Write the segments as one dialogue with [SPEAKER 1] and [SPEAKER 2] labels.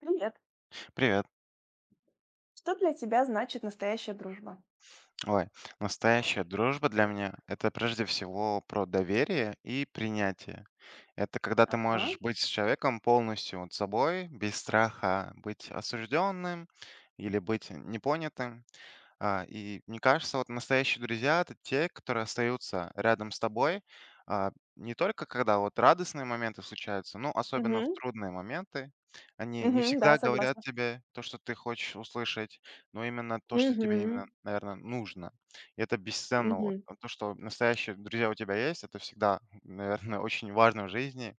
[SPEAKER 1] Привет.
[SPEAKER 2] Привет.
[SPEAKER 1] Что для тебя значит настоящая дружба?
[SPEAKER 2] Ой, настоящая дружба для меня — это прежде всего про доверие и принятие. Это когда ты
[SPEAKER 1] Ага.
[SPEAKER 2] можешь быть с человеком полностью вот собой, без страха быть осужденным или быть непонятым. И мне кажется, вот настоящие друзья — это те, которые остаются рядом с тобой, не только когда вот радостные моменты случаются, но особенно в
[SPEAKER 1] Мгм.
[SPEAKER 2] трудные моменты. Они не
[SPEAKER 1] Мгм. Да,
[SPEAKER 2] всегда говорят
[SPEAKER 1] согласна.
[SPEAKER 2] тебе то, что ты хочешь услышать, но именно то, что тебе именно,
[SPEAKER 1] Мгм.
[SPEAKER 2] наверное, нужно. И это бесценно. Вот.
[SPEAKER 1] Мгм.
[SPEAKER 2] То, что настоящие друзья у тебя есть, это всегда, наверное, очень важно в жизни.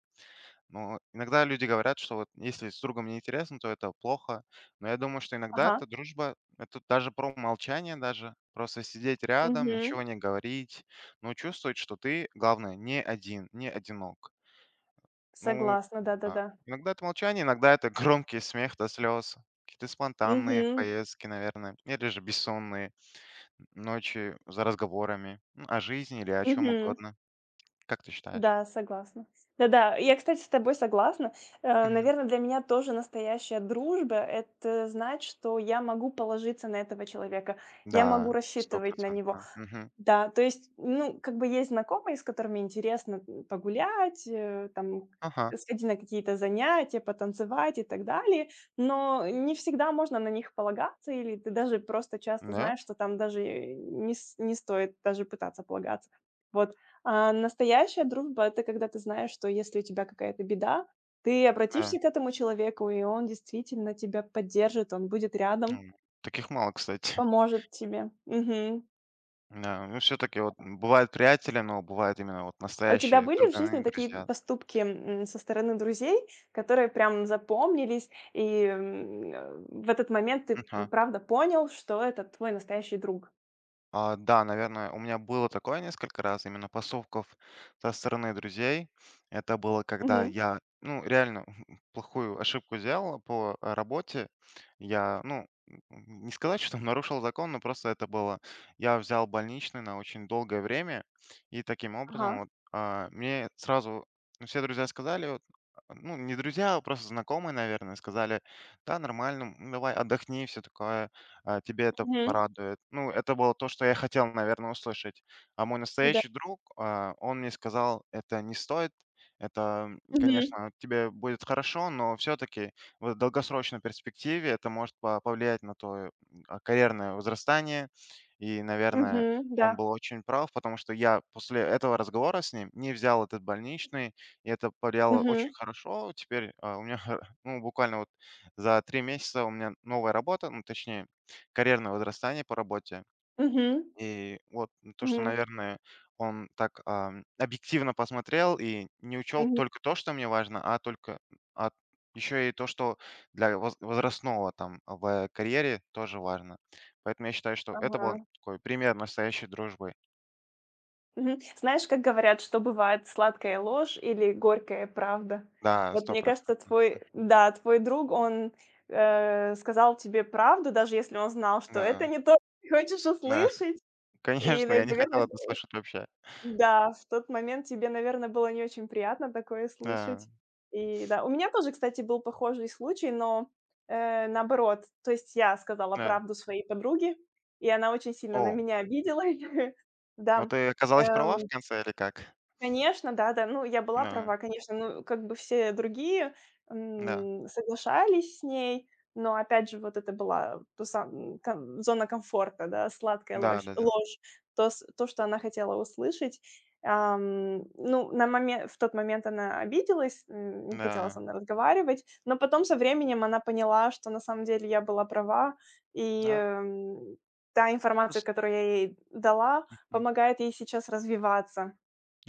[SPEAKER 2] Но иногда люди говорят, что вот если с другом неинтересно, то это плохо. Но я думаю, что иногда
[SPEAKER 1] Ага.
[SPEAKER 2] эта дружба, это даже про молчание даже. Просто сидеть рядом,
[SPEAKER 1] Мгм.
[SPEAKER 2] ничего не говорить, но чувствовать, что ты, главное, не один, не одинок. Ну,
[SPEAKER 1] Согласна,
[SPEAKER 2] да.
[SPEAKER 1] да-да-да.
[SPEAKER 2] Иногда это молчание, иногда это громкий смех до слез. Какие-то спонтанные
[SPEAKER 1] Мгм.
[SPEAKER 2] поездки, наверное, или же бессонные ночи за разговорами, ну, о жизни или о чем
[SPEAKER 1] Мгм.
[SPEAKER 2] угодно. Как ты считаешь?
[SPEAKER 1] Да, согласна. Да-да, я, кстати, с тобой согласна.
[SPEAKER 2] Мгм.
[SPEAKER 1] Наверное, для меня тоже настоящая дружба - это знать, что я могу положиться на этого человека, я могу
[SPEAKER 2] Да, сто
[SPEAKER 1] рассчитывать на
[SPEAKER 2] процентов.
[SPEAKER 1] него.
[SPEAKER 2] Да. Мгм.
[SPEAKER 1] Да, то есть, ну, как бы есть знакомые, с которыми интересно, погулять, там,
[SPEAKER 2] Ага.
[SPEAKER 1] сходить на какие-то занятия, потанцевать и так далее, но не всегда можно на них полагаться, или ты даже просто часто
[SPEAKER 2] Да?
[SPEAKER 1] знаешь, что там даже и не стоит даже пытаться полагаться. Вот. А настоящая дружба - это когда ты знаешь, что если у тебя какая-то беда, ты
[SPEAKER 2] Да.
[SPEAKER 1] обратишься к этому человеку, и он действительно тебя поддержит, он будет рядом,
[SPEAKER 2] М, таких мало, кстати.
[SPEAKER 1] поможет тебе. Мгм.
[SPEAKER 2] Да, ну, все таки вот бывают приятели, но бывают именно вот
[SPEAKER 1] А у тебя
[SPEAKER 2] настоящие
[SPEAKER 1] были в жизни
[SPEAKER 2] друганы,
[SPEAKER 1] такие
[SPEAKER 2] друзья.
[SPEAKER 1] поступки, со стороны друзей, которые прям запомнились, и, в этот момент ты,
[SPEAKER 2] Мгм.
[SPEAKER 1] правда понял, что это твой настоящий друг?
[SPEAKER 2] Да, наверное, у меня было такое несколько раз, именно поступков со стороны друзей. Это было, когда
[SPEAKER 1] Мгм.
[SPEAKER 2] я, ну, реально плохую ошибку сделал по работе. Я, ну, не сказать, что нарушил закон, но просто это было. Я взял больничный на очень долгое время, и таким
[SPEAKER 1] Ага.
[SPEAKER 2] образом вот мне сразу, ну, все друзья сказали, вот, ну, не друзья, а просто знакомые, наверное, сказали, да, нормально, давай отдохни, все такое, тебя это
[SPEAKER 1] Мгм.
[SPEAKER 2] порадует. Ну, это было то, что я хотел, наверное, услышать. А мой
[SPEAKER 1] Да.
[SPEAKER 2] настоящий друг, он мне сказал, это не стоит, это,
[SPEAKER 1] Мгм.
[SPEAKER 2] конечно, тебе будет хорошо, но все-таки в долгосрочной перспективе это может повлиять на твое карьерное возрастание. И, наверное,
[SPEAKER 1] Мгм. Да.
[SPEAKER 2] он был очень прав, потому что я после этого разговора с ним не взял этот больничный, и это повлияло
[SPEAKER 1] Мгм.
[SPEAKER 2] очень хорошо. Теперь, у меня, ну, буквально вот за 3 месяца у меня новая работа, ну, точнее, карьерное возрастание по работе.
[SPEAKER 1] Мгм.
[SPEAKER 2] И вот то, что,
[SPEAKER 1] Мгм.
[SPEAKER 2] наверное, он так, объективно посмотрел и не учел
[SPEAKER 1] Мгм.
[SPEAKER 2] только то, что мне важно, а только а еще и то, что для возрастного там в карьере тоже важно. Поэтому я считаю, что это
[SPEAKER 1] Ага.
[SPEAKER 2] был такой пример настоящей дружбы.
[SPEAKER 1] Мгм. Знаешь, как говорят, что бывает сладкая ложь или горькая правда?
[SPEAKER 2] Да,
[SPEAKER 1] Вот мне кажется,
[SPEAKER 2] 100.
[SPEAKER 1] твой,
[SPEAKER 2] Мгм.
[SPEAKER 1] да, твой друг, он сказал тебе правду, даже если он знал, что это
[SPEAKER 2] Да,
[SPEAKER 1] не то, что ты хочешь
[SPEAKER 2] да.
[SPEAKER 1] услышать. И,
[SPEAKER 2] Конечно, я не хотел
[SPEAKER 1] наверное,
[SPEAKER 2] это слышать вообще.
[SPEAKER 1] да, в тот момент тебе, наверное, было не очень приятно такое слышать.
[SPEAKER 2] Да,
[SPEAKER 1] И да, у меня тоже, кстати, был похожий случай, но наоборот, то есть я сказала
[SPEAKER 2] да.
[SPEAKER 1] правду своей подруге, и она очень сильно на
[SPEAKER 2] О,
[SPEAKER 1] меня обиделась.
[SPEAKER 2] но
[SPEAKER 1] Да.
[SPEAKER 2] ты оказалась права в
[SPEAKER 1] эм,
[SPEAKER 2] конце или как?
[SPEAKER 1] Конечно, да-да. Ну, я была
[SPEAKER 2] Да,
[SPEAKER 1] права, конечно. Ну, как бы все другие,
[SPEAKER 2] да.
[SPEAKER 1] соглашались с ней, но опять же, вот это была ту сам ком зона комфорта, да, сладкая ложь
[SPEAKER 2] Да-да-да.
[SPEAKER 1] ложь. То, что она хотела услышать. Ну, на момент в тот момент она обиделась,
[SPEAKER 2] Да.
[SPEAKER 1] не
[SPEAKER 2] Да.
[SPEAKER 1] хотела со
[SPEAKER 2] Да.
[SPEAKER 1] мной разговаривать, но потом со временем она поняла, что на самом деле я была права, и,
[SPEAKER 2] Да,
[SPEAKER 1] та информация,
[SPEAKER 2] плюс.
[SPEAKER 1] которую я ей дала,
[SPEAKER 2] Мгм.
[SPEAKER 1] помогает ей сейчас развиваться.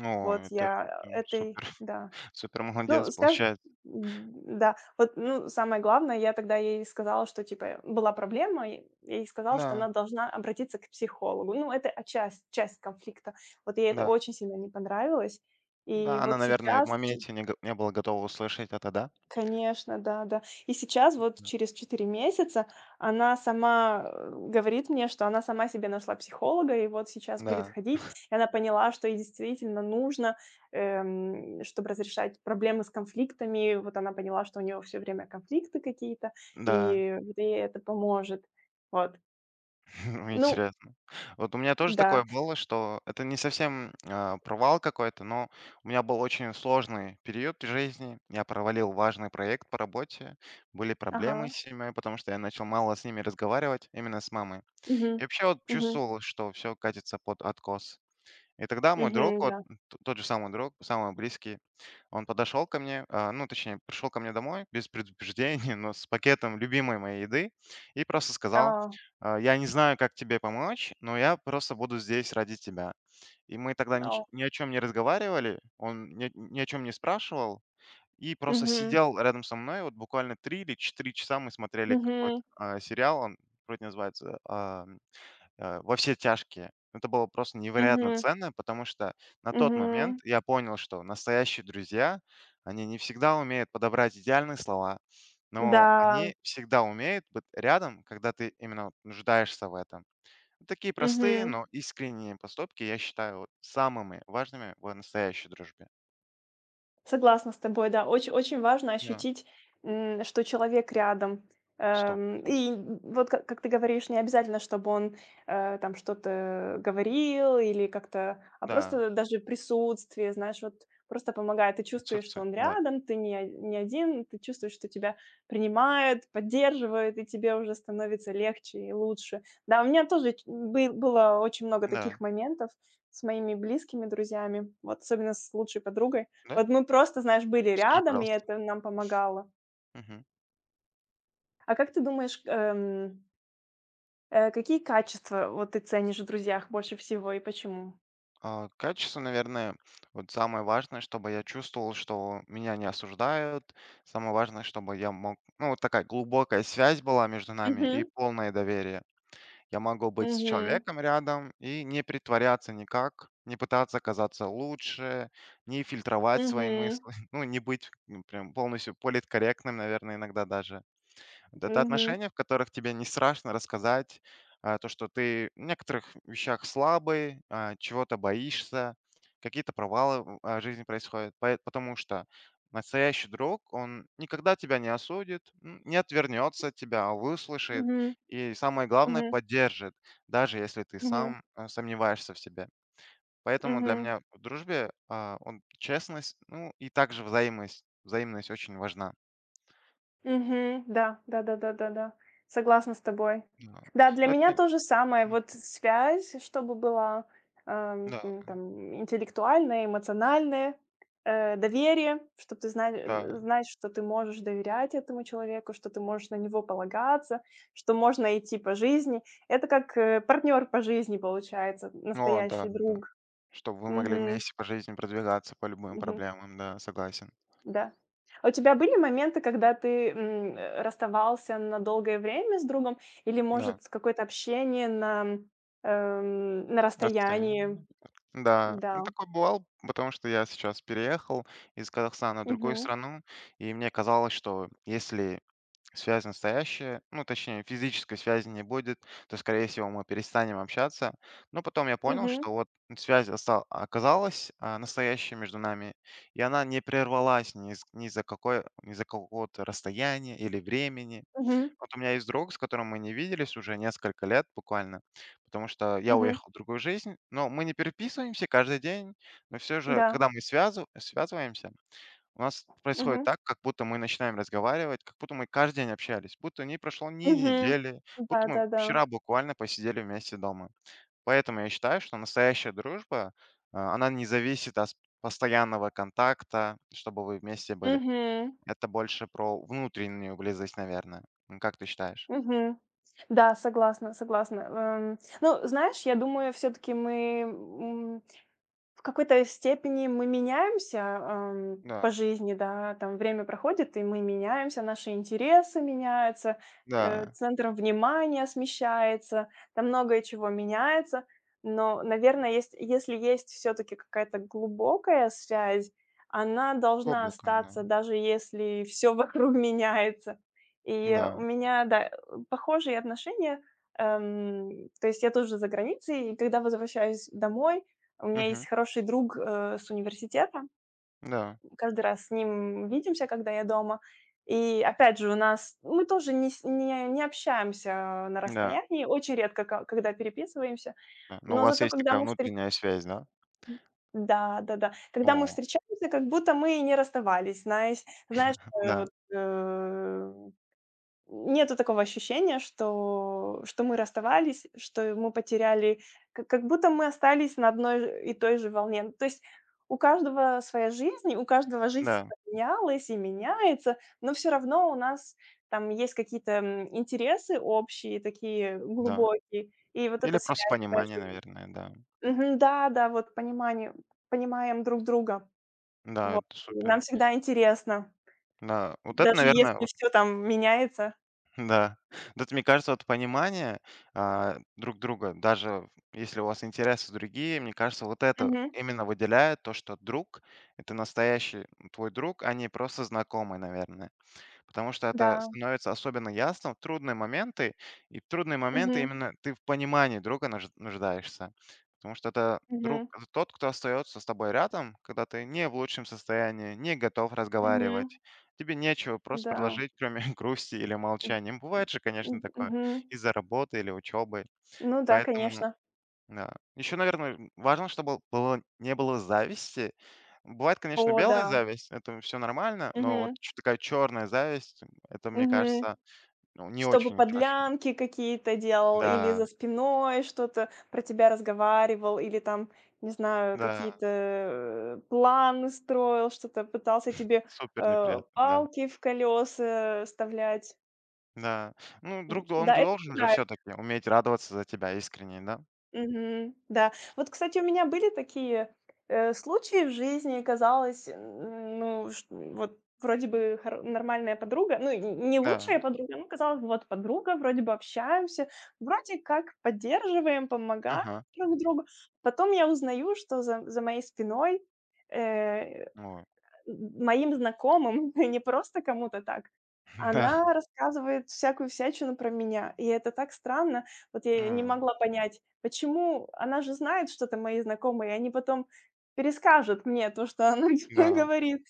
[SPEAKER 2] О,
[SPEAKER 1] Вот
[SPEAKER 2] это
[SPEAKER 1] я
[SPEAKER 2] прям
[SPEAKER 1] этой
[SPEAKER 2] супер.
[SPEAKER 1] Да.
[SPEAKER 2] Супер
[SPEAKER 1] Ну,
[SPEAKER 2] молодец
[SPEAKER 1] скажем,
[SPEAKER 2] получается.
[SPEAKER 1] да, вот, ну, самое главное, я тогда ей сказала, что, типа, была проблема, и я ей сказала, что
[SPEAKER 2] Да,
[SPEAKER 1] она должна обратиться к психологу. Ну, это отчасть часть конфликта. Вот ей это
[SPEAKER 2] да.
[SPEAKER 1] очень сильно не понравилось. И
[SPEAKER 2] Да, она,
[SPEAKER 1] вот
[SPEAKER 2] наверное, в
[SPEAKER 1] сейчас, че
[SPEAKER 2] моменте не была готова услышать это, да?
[SPEAKER 1] Конечно, да-да. И сейчас, вот
[SPEAKER 2] Да.
[SPEAKER 1] через 4 месяца, она сама, говорит мне, что она сама себе нашла психолога, и вот сейчас будет
[SPEAKER 2] Да,
[SPEAKER 1] ходить. И она поняла, что ей действительно нужно, чтобы разрешать проблемы с конфликтами. Вот она поняла, что у нее все время конфликты какие-то,
[SPEAKER 2] да.
[SPEAKER 1] и вот ей это поможет. Вот. Ну
[SPEAKER 2] Интересно. Вот у меня тоже
[SPEAKER 1] да.
[SPEAKER 2] такое было, что это не совсем, провал какой-то, но у меня был очень сложный период в жизни. Я провалил важный проект по работе, были проблемы
[SPEAKER 1] Ага.
[SPEAKER 2] с семьей, потому что я начал мало с ними разговаривать, именно с мамой. И
[SPEAKER 1] Мгм.
[SPEAKER 2] вообще вот
[SPEAKER 1] Мгм.
[SPEAKER 2] чувствовал, что все катится под откос. И тогда мой друг,
[SPEAKER 1] Мгм,
[SPEAKER 2] вот
[SPEAKER 1] да.
[SPEAKER 2] т тот же самый друг, самый близкий, он подошел ко мне, ну, точнее, пришел ко мне домой без предупреждения, но с пакетом любимой моей еды и просто сказал:
[SPEAKER 1] А,
[SPEAKER 2] Я не знаю, как тебе помочь, но я просто буду здесь ради тебя". И мы тогда нич
[SPEAKER 1] а.
[SPEAKER 2] ни о чем не разговаривали, он ни о чем не спрашивал и просто
[SPEAKER 1] Мгм.
[SPEAKER 2] сидел рядом со мной. Вот буквально 3 или 4 часа мы смотрели какой-то,
[SPEAKER 1] Мгм.
[SPEAKER 2] сериал, он вроде называется, "Во все тяжкие". Это было просто невероятно
[SPEAKER 1] Мгм.
[SPEAKER 2] ценно, потому что на тот момент
[SPEAKER 1] Мгм.
[SPEAKER 2] я понял, что настоящие друзья, они не всегда умеют подобрать идеальные слова, но
[SPEAKER 1] Да.
[SPEAKER 2] они всегда умеют быть рядом, когда ты именно вот нуждаешься в этом. Вот такие простые,
[SPEAKER 1] Мгм.
[SPEAKER 2] но искренние поступки я считаю вот самыми важными в настоящей дружбе.
[SPEAKER 1] Согласна с тобой, да. Очень очень важно
[SPEAKER 2] Да,
[SPEAKER 1] ощутить, что человек рядом.
[SPEAKER 2] сто процентов.
[SPEAKER 1] И вот как ты говоришь, не обязательно, чтобы он, там что-то говорил или как-то, а
[SPEAKER 2] Да,
[SPEAKER 1] просто даже присутствие, знаешь, вот просто помогает. Ты чувствуешь, что
[SPEAKER 2] присутствие,
[SPEAKER 1] он
[SPEAKER 2] да,
[SPEAKER 1] рядом, ты не один, ты чувствуешь, что тебя принимают, поддерживают, и тебе уже становится легче и лучше. Да, у меня тоже ч бы было очень много
[SPEAKER 2] да,
[SPEAKER 1] таких моментов с моими близкими друзьями, вот особенно с лучшей подругой.
[SPEAKER 2] да,
[SPEAKER 1] Вот мы просто, знаешь, были
[SPEAKER 2] скажи,
[SPEAKER 1] рядом, и
[SPEAKER 2] пожалуйста.
[SPEAKER 1] это нам помогало.
[SPEAKER 2] Мгм.
[SPEAKER 1] А как ты думаешь, какие качества вот ты ценишь в друзьях больше всего и почему?
[SPEAKER 2] Качество, наверное, вот самое важное, чтобы я чувствовал, что меня не осуждают. Самое важное, чтобы я мог... Ну, вот такая глубокая связь была между нами и
[SPEAKER 1] Мгм.
[SPEAKER 2] полное доверие. Я могу быть с
[SPEAKER 1] Мгм.
[SPEAKER 2] человеком рядом и не притворяться никак, не пытаться казаться лучше, не фильтровать свои
[SPEAKER 1] Мгм.
[SPEAKER 2] мысли, ну, не быть, прям полностью политкорректным, наверное, иногда даже. Вот это
[SPEAKER 1] Мгм.
[SPEAKER 2] отношения, в которых тебе не страшно рассказать, то, что ты в некоторых вещах слабый, чего-то боишься, какие-то провалы в, жизни происходят. Потому что настоящий друг, он никогда тебя не осудит, не отвернется от тебя, а выслушает
[SPEAKER 1] Мгм.
[SPEAKER 2] и, самое главное,
[SPEAKER 1] Мгм.
[SPEAKER 2] поддержит, даже если ты
[SPEAKER 1] Мгм.
[SPEAKER 2] сам, сомневаешься в себе. Поэтому для
[SPEAKER 1] Мгм.
[SPEAKER 2] меня в дружбе, честность, ну и также взаимность. Взаимность очень важна.
[SPEAKER 1] Мгм. Да, да-да-да-да-да. Согласна с тобой.
[SPEAKER 2] Да.
[SPEAKER 1] Да, для
[SPEAKER 2] Ну,
[SPEAKER 1] меня
[SPEAKER 2] это,
[SPEAKER 1] то же самое.
[SPEAKER 2] м,
[SPEAKER 1] Вот связь, чтобы была,
[SPEAKER 2] да,
[SPEAKER 1] там, интеллектуальная, эмоциональная, доверие, чтобы ты знали,
[SPEAKER 2] да.
[SPEAKER 1] знаешь, что ты можешь доверять этому человеку, что ты можешь на него полагаться, что можно идти по жизни. Это как, партнер по жизни получается,
[SPEAKER 2] О да,
[SPEAKER 1] настоящий
[SPEAKER 2] да. Да.
[SPEAKER 1] друг.
[SPEAKER 2] Чтобы вы могли
[SPEAKER 1] Мгм.
[SPEAKER 2] вместе по жизни продвигаться по любым
[SPEAKER 1] Мгм.
[SPEAKER 2] проблемам, да, согласен.
[SPEAKER 1] Да. А у тебя были моменты, когда ты, расставался на долгое время с другом или,
[SPEAKER 2] Да,
[SPEAKER 1] может, какое-то общение на расстоянии?
[SPEAKER 2] расстояние. Да,
[SPEAKER 1] Да.
[SPEAKER 2] ну такой бывал, потому что я сейчас переехал из Казахстана в другую
[SPEAKER 1] Мгм.
[SPEAKER 2] страну, и мне казалось, что если связь настоящая, ну, точнее, физической связи не будет, то, скорее всего, мы перестанем общаться. Но потом я понял,
[SPEAKER 1] Мгм.
[SPEAKER 2] что вот связь оказалась, настоящей между нами, и она не прервалась ни за какое, ни за какого-то расстояния или времени.
[SPEAKER 1] Мгм.
[SPEAKER 2] Вот у меня есть друг, с которым мы не виделись уже несколько лет буквально, потому что я
[SPEAKER 1] Мгм.
[SPEAKER 2] уехал в другую жизнь, но мы не переписываемся каждый день, но все же,
[SPEAKER 1] Да.
[SPEAKER 2] когда мы связываемся, у нас происходит
[SPEAKER 1] Мгм.
[SPEAKER 2] так, как будто мы начинаем разговаривать, как будто мы каждый день общались, будто не прошло ни
[SPEAKER 1] Мгм.
[SPEAKER 2] недели, будто мы
[SPEAKER 1] Да-да-да.
[SPEAKER 2] вчера буквально посидели вместе дома. Поэтому я считаю, что настоящая дружба, она не зависит от постоянного контакта, чтобы вы вместе были.
[SPEAKER 1] Мгм.
[SPEAKER 2] Это больше про внутреннюю близость, наверное. Как ты считаешь?
[SPEAKER 1] Мгм. Да, согласна, согласна. Ну, знаешь, я думаю, все таки в какой-то степени мы меняемся, по
[SPEAKER 2] Да,
[SPEAKER 1] жизни, да, там время проходит, и мы меняемся, наши интересы меняются,
[SPEAKER 2] да,
[SPEAKER 1] центр внимания смещается, там многое чего меняется. Но, наверное, есть если есть все таки какая-то глубокая связь, она должна
[SPEAKER 2] облако, да,
[SPEAKER 1] остаться, даже если все вокруг меняется. И у
[SPEAKER 2] да,
[SPEAKER 1] меня, да, похожие отношения. То есть я тоже за границей, и когда возвращаюсь домой, у меня
[SPEAKER 2] мгм,
[SPEAKER 1] есть хороший друг, с университета.
[SPEAKER 2] да,
[SPEAKER 1] Каждый раз с ним видимся, когда я дома. И опять же, у нас мы тоже не с не не общаемся на
[SPEAKER 2] да,
[SPEAKER 1] расстоянии, очень редко, ко когда переписываемся.
[SPEAKER 2] да. Но у
[SPEAKER 1] Но
[SPEAKER 2] вас
[SPEAKER 1] зато
[SPEAKER 2] есть
[SPEAKER 1] когда
[SPEAKER 2] такая
[SPEAKER 1] мы встреч
[SPEAKER 2] внутренняя связь, да?
[SPEAKER 1] Да, да-да. Когда мы
[SPEAKER 2] О,
[SPEAKER 1] встречаемся, как будто мы и не расставались. Знаешь, э,
[SPEAKER 2] да,
[SPEAKER 1] вот, э нету такого ощущения, что что мы расставались, что мы потеряли, как будто мы остались на одной и той же волне. То есть у каждого своя жизнь, у каждого жизнь
[SPEAKER 2] да,
[SPEAKER 1] менялась и меняется, но все равно у нас там есть какие-то, интересы общие, такие
[SPEAKER 2] да.
[SPEAKER 1] глубокие, и вот
[SPEAKER 2] Или
[SPEAKER 1] эта
[SPEAKER 2] просто
[SPEAKER 1] связь опять
[SPEAKER 2] понимание,
[SPEAKER 1] же.
[SPEAKER 2] наверное, да.
[SPEAKER 1] Мгм. Да, да, вот понимание понимаем друг друга.
[SPEAKER 2] Да,
[SPEAKER 1] Вот.
[SPEAKER 2] это
[SPEAKER 1] И
[SPEAKER 2] супер.
[SPEAKER 1] нам всегда интересно,
[SPEAKER 2] Да, вот это,
[SPEAKER 1] даже
[SPEAKER 2] наверное,
[SPEAKER 1] если
[SPEAKER 2] вот,
[SPEAKER 1] все там меняется.
[SPEAKER 2] да. Вот это, мне кажется, вот понимание, друг друга, даже если у вас интересы другие, мне кажется, вот это
[SPEAKER 1] Мгм.
[SPEAKER 2] именно выделяет то, что друг — это настоящий твой друг, а не просто знакомый, наверное. Потому что это
[SPEAKER 1] Да.
[SPEAKER 2] становится особенно ясно в трудные моменты, и в трудные моменты
[SPEAKER 1] Мгм.
[SPEAKER 2] именно ты в понимании друга нуждаешься. Потому что это друг,
[SPEAKER 1] Мгм,
[SPEAKER 2] это тот, кто остается с тобой рядом, когда ты не в лучшем состоянии, не готов
[SPEAKER 1] мгм,
[SPEAKER 2] разговаривать. Тебе нечего просто
[SPEAKER 1] да,
[SPEAKER 2] предложить, кроме грусти или
[SPEAKER 1] м,
[SPEAKER 2] молчания. Бывает же, конечно, такое
[SPEAKER 1] мгм.
[SPEAKER 2] из-за работы или учебы.
[SPEAKER 1] Ну да,
[SPEAKER 2] Поэтому
[SPEAKER 1] конечно.
[SPEAKER 2] да. Еще, наверное, важно, чтобы было, не было зависти. Бывает,
[SPEAKER 1] О
[SPEAKER 2] конечно,
[SPEAKER 1] да,
[SPEAKER 2] белая зависть, это все нормально, но вот
[SPEAKER 1] мгм,
[SPEAKER 2] такая черная зависть, это, мне
[SPEAKER 1] мгм.
[SPEAKER 2] кажется, ну, не
[SPEAKER 1] Чтобы
[SPEAKER 2] очень хорошо.
[SPEAKER 1] подлянки какие-то делал или
[SPEAKER 2] Да,
[SPEAKER 1] за спиной что-то про тебя разговаривал, или там, не знаю,
[SPEAKER 2] да,
[SPEAKER 1] какие-то, планы строил, что-то пытался тебе,
[SPEAKER 2] супер неприятно, да.
[SPEAKER 1] палки в колеса вставлять.
[SPEAKER 2] Да. Ну,
[SPEAKER 1] М,
[SPEAKER 2] друг, он
[SPEAKER 1] да, это
[SPEAKER 2] должен же
[SPEAKER 1] пугает.
[SPEAKER 2] все-таки уметь радоваться за тебя искренне, да?
[SPEAKER 1] Мгм. Да. Вот, кстати, у меня были такие, случаи в жизни. Казалось, н ну, ш вот вроде бы хоро нормальная подруга, ну, н не
[SPEAKER 2] Да.
[SPEAKER 1] лучшая подруга, ну, казалось бы, вот подруга, вроде бы общаемся, вроде как поддерживаем, помогаем
[SPEAKER 2] Ага.
[SPEAKER 1] друг другу. Потом я узнаю, что за моей спиной, э
[SPEAKER 2] Ой.
[SPEAKER 1] моим знакомым, не просто кому-то так.
[SPEAKER 2] Да.
[SPEAKER 1] Она рассказывает всякую всячину про меня, и это так странно. Вот я не
[SPEAKER 2] М,
[SPEAKER 1] могла понять, почему она же знает что-то, мои знакомые, и они потом перескажут мне то, что она мне
[SPEAKER 2] да.
[SPEAKER 1] говорит.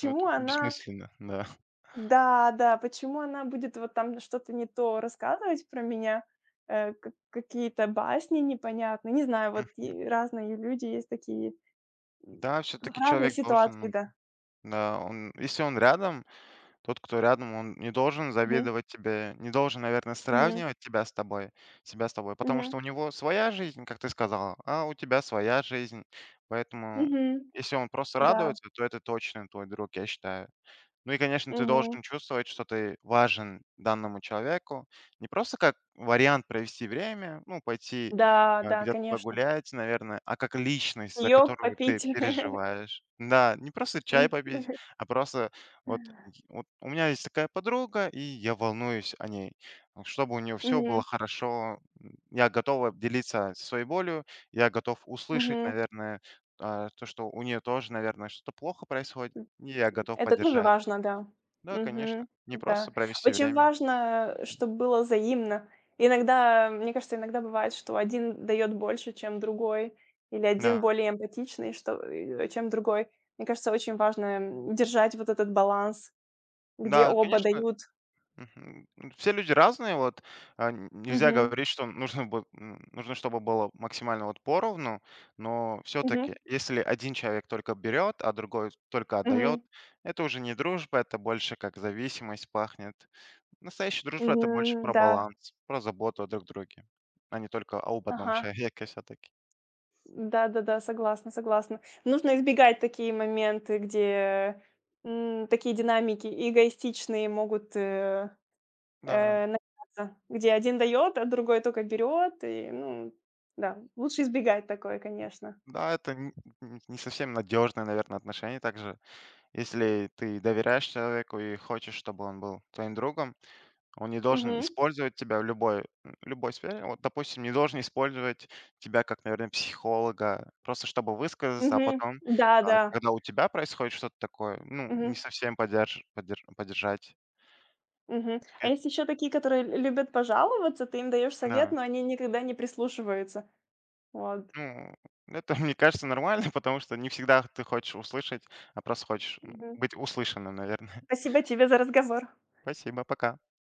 [SPEAKER 2] Ну, это
[SPEAKER 1] она
[SPEAKER 2] бессмысленно, да.
[SPEAKER 1] да, да, почему она будет вот там что-то не то рассказывать про меня, э, к какие-то басни непонятные. Не знаю, вот
[SPEAKER 2] Мгм.
[SPEAKER 1] и разные люди есть такие, м,
[SPEAKER 2] Да, все-таки
[SPEAKER 1] разные
[SPEAKER 2] человек должен, ну,
[SPEAKER 1] ситуации, да.
[SPEAKER 2] да, он, если он рядом. Тот, кто рядом, он не должен завидовать тебе, не должен, наверное,
[SPEAKER 1] Мгм.
[SPEAKER 2] сравнивать тебя с тобой, себя с тобой, потому
[SPEAKER 1] Мгм.
[SPEAKER 2] что у него своя жизнь, как ты сказала, а у тебя своя жизнь. Поэтому,
[SPEAKER 1] Мгм.
[SPEAKER 2] если он просто
[SPEAKER 1] Да.
[SPEAKER 2] радуется, то это точно твой друг, я считаю. Ну и, конечно, ты
[SPEAKER 1] Мгм.
[SPEAKER 2] должен чувствовать, что ты важен данному человеку. Не просто как вариант провести время, ну, пойти,
[SPEAKER 1] Да, да,
[SPEAKER 2] где-то
[SPEAKER 1] конечно.
[SPEAKER 2] погулять, наверное, а как личность, за
[SPEAKER 1] Чаек
[SPEAKER 2] которую ты
[SPEAKER 1] попить.
[SPEAKER 2] переживаешь. Да, не просто чай
[SPEAKER 1] М.
[SPEAKER 2] попить, а просто вот, вот у меня есть такая подруга, и я волнуюсь о ней. Ну, чтобы у нее все было
[SPEAKER 1] Мгм.
[SPEAKER 2] хорошо, я готова делиться своей болью, я готов услышать,
[SPEAKER 1] Мгм.
[SPEAKER 2] наверное, то, что у нее тоже, наверное, что-то плохо происходит, и я готов
[SPEAKER 1] Это тоже
[SPEAKER 2] поддержать.
[SPEAKER 1] важно, да.
[SPEAKER 2] Да, конечно.
[SPEAKER 1] Мгм.
[SPEAKER 2] Не
[SPEAKER 1] Да.
[SPEAKER 2] просто провести
[SPEAKER 1] Очень
[SPEAKER 2] время.
[SPEAKER 1] важно, чтобы было взаимно. Иногда, мне кажется, иногда бывает, что один дает больше, чем другой, или один
[SPEAKER 2] Да.
[SPEAKER 1] более эмпатичный, чем другой. Мне кажется, очень важно, держать вот этот баланс, где
[SPEAKER 2] Да,
[SPEAKER 1] оба
[SPEAKER 2] конечно.
[SPEAKER 1] дают.
[SPEAKER 2] Мгм. Все люди разные, вот, нельзя
[SPEAKER 1] Мгм.
[SPEAKER 2] говорить, что нужно, нужно, чтобы было максимально вот поровну, но
[SPEAKER 1] Мгм.
[SPEAKER 2] все-таки, если один человек только берет, а другой только отдает,
[SPEAKER 1] Мгм.
[SPEAKER 2] это уже не дружба, это больше как зависимость пахнет. Настоящая дружба это больше
[SPEAKER 1] Мгм.
[SPEAKER 2] про
[SPEAKER 1] Да.
[SPEAKER 2] баланс, про заботу о друг друге, а не только об одном
[SPEAKER 1] Ага.
[SPEAKER 2] человеке все-таки.
[SPEAKER 1] Да-да-да, согласна, согласна. Нужно избегать такие моменты, где, такие динамики эгоистичные могут,
[SPEAKER 2] Да,
[SPEAKER 1] начаться, где один дает, а другой только берет, и, ну да, лучше избегать такое, конечно.
[SPEAKER 2] да, это не совсем надежное, наверное, отношение также. Если ты доверяешь человеку и хочешь, чтобы он был твоим другом, он не должен
[SPEAKER 1] Мгм.
[SPEAKER 2] использовать тебя в любой сфере. Вот, допустим, не должен использовать тебя как, наверное, психолога, просто чтобы высказаться, а
[SPEAKER 1] Мгм.
[SPEAKER 2] потом,
[SPEAKER 1] Да-да.
[SPEAKER 2] когда у тебя происходит что-то такое, ну, не
[SPEAKER 1] Мгм.
[SPEAKER 2] совсем подерж подер поддержать.
[SPEAKER 1] Мгм. А
[SPEAKER 2] Э,
[SPEAKER 1] есть еще такие, которые лю любят пожаловаться, ты им даешь совет,
[SPEAKER 2] да.
[SPEAKER 1] но они никогда не прислушиваются. Вот.
[SPEAKER 2] Ну, это, мне кажется, нормально, потому что не всегда ты хочешь услышать, а просто хочешь,
[SPEAKER 1] Мгм.
[SPEAKER 2] быть услышанным, наверное.
[SPEAKER 1] Спасибо тебе за разговор.
[SPEAKER 2] Спасибо, пока.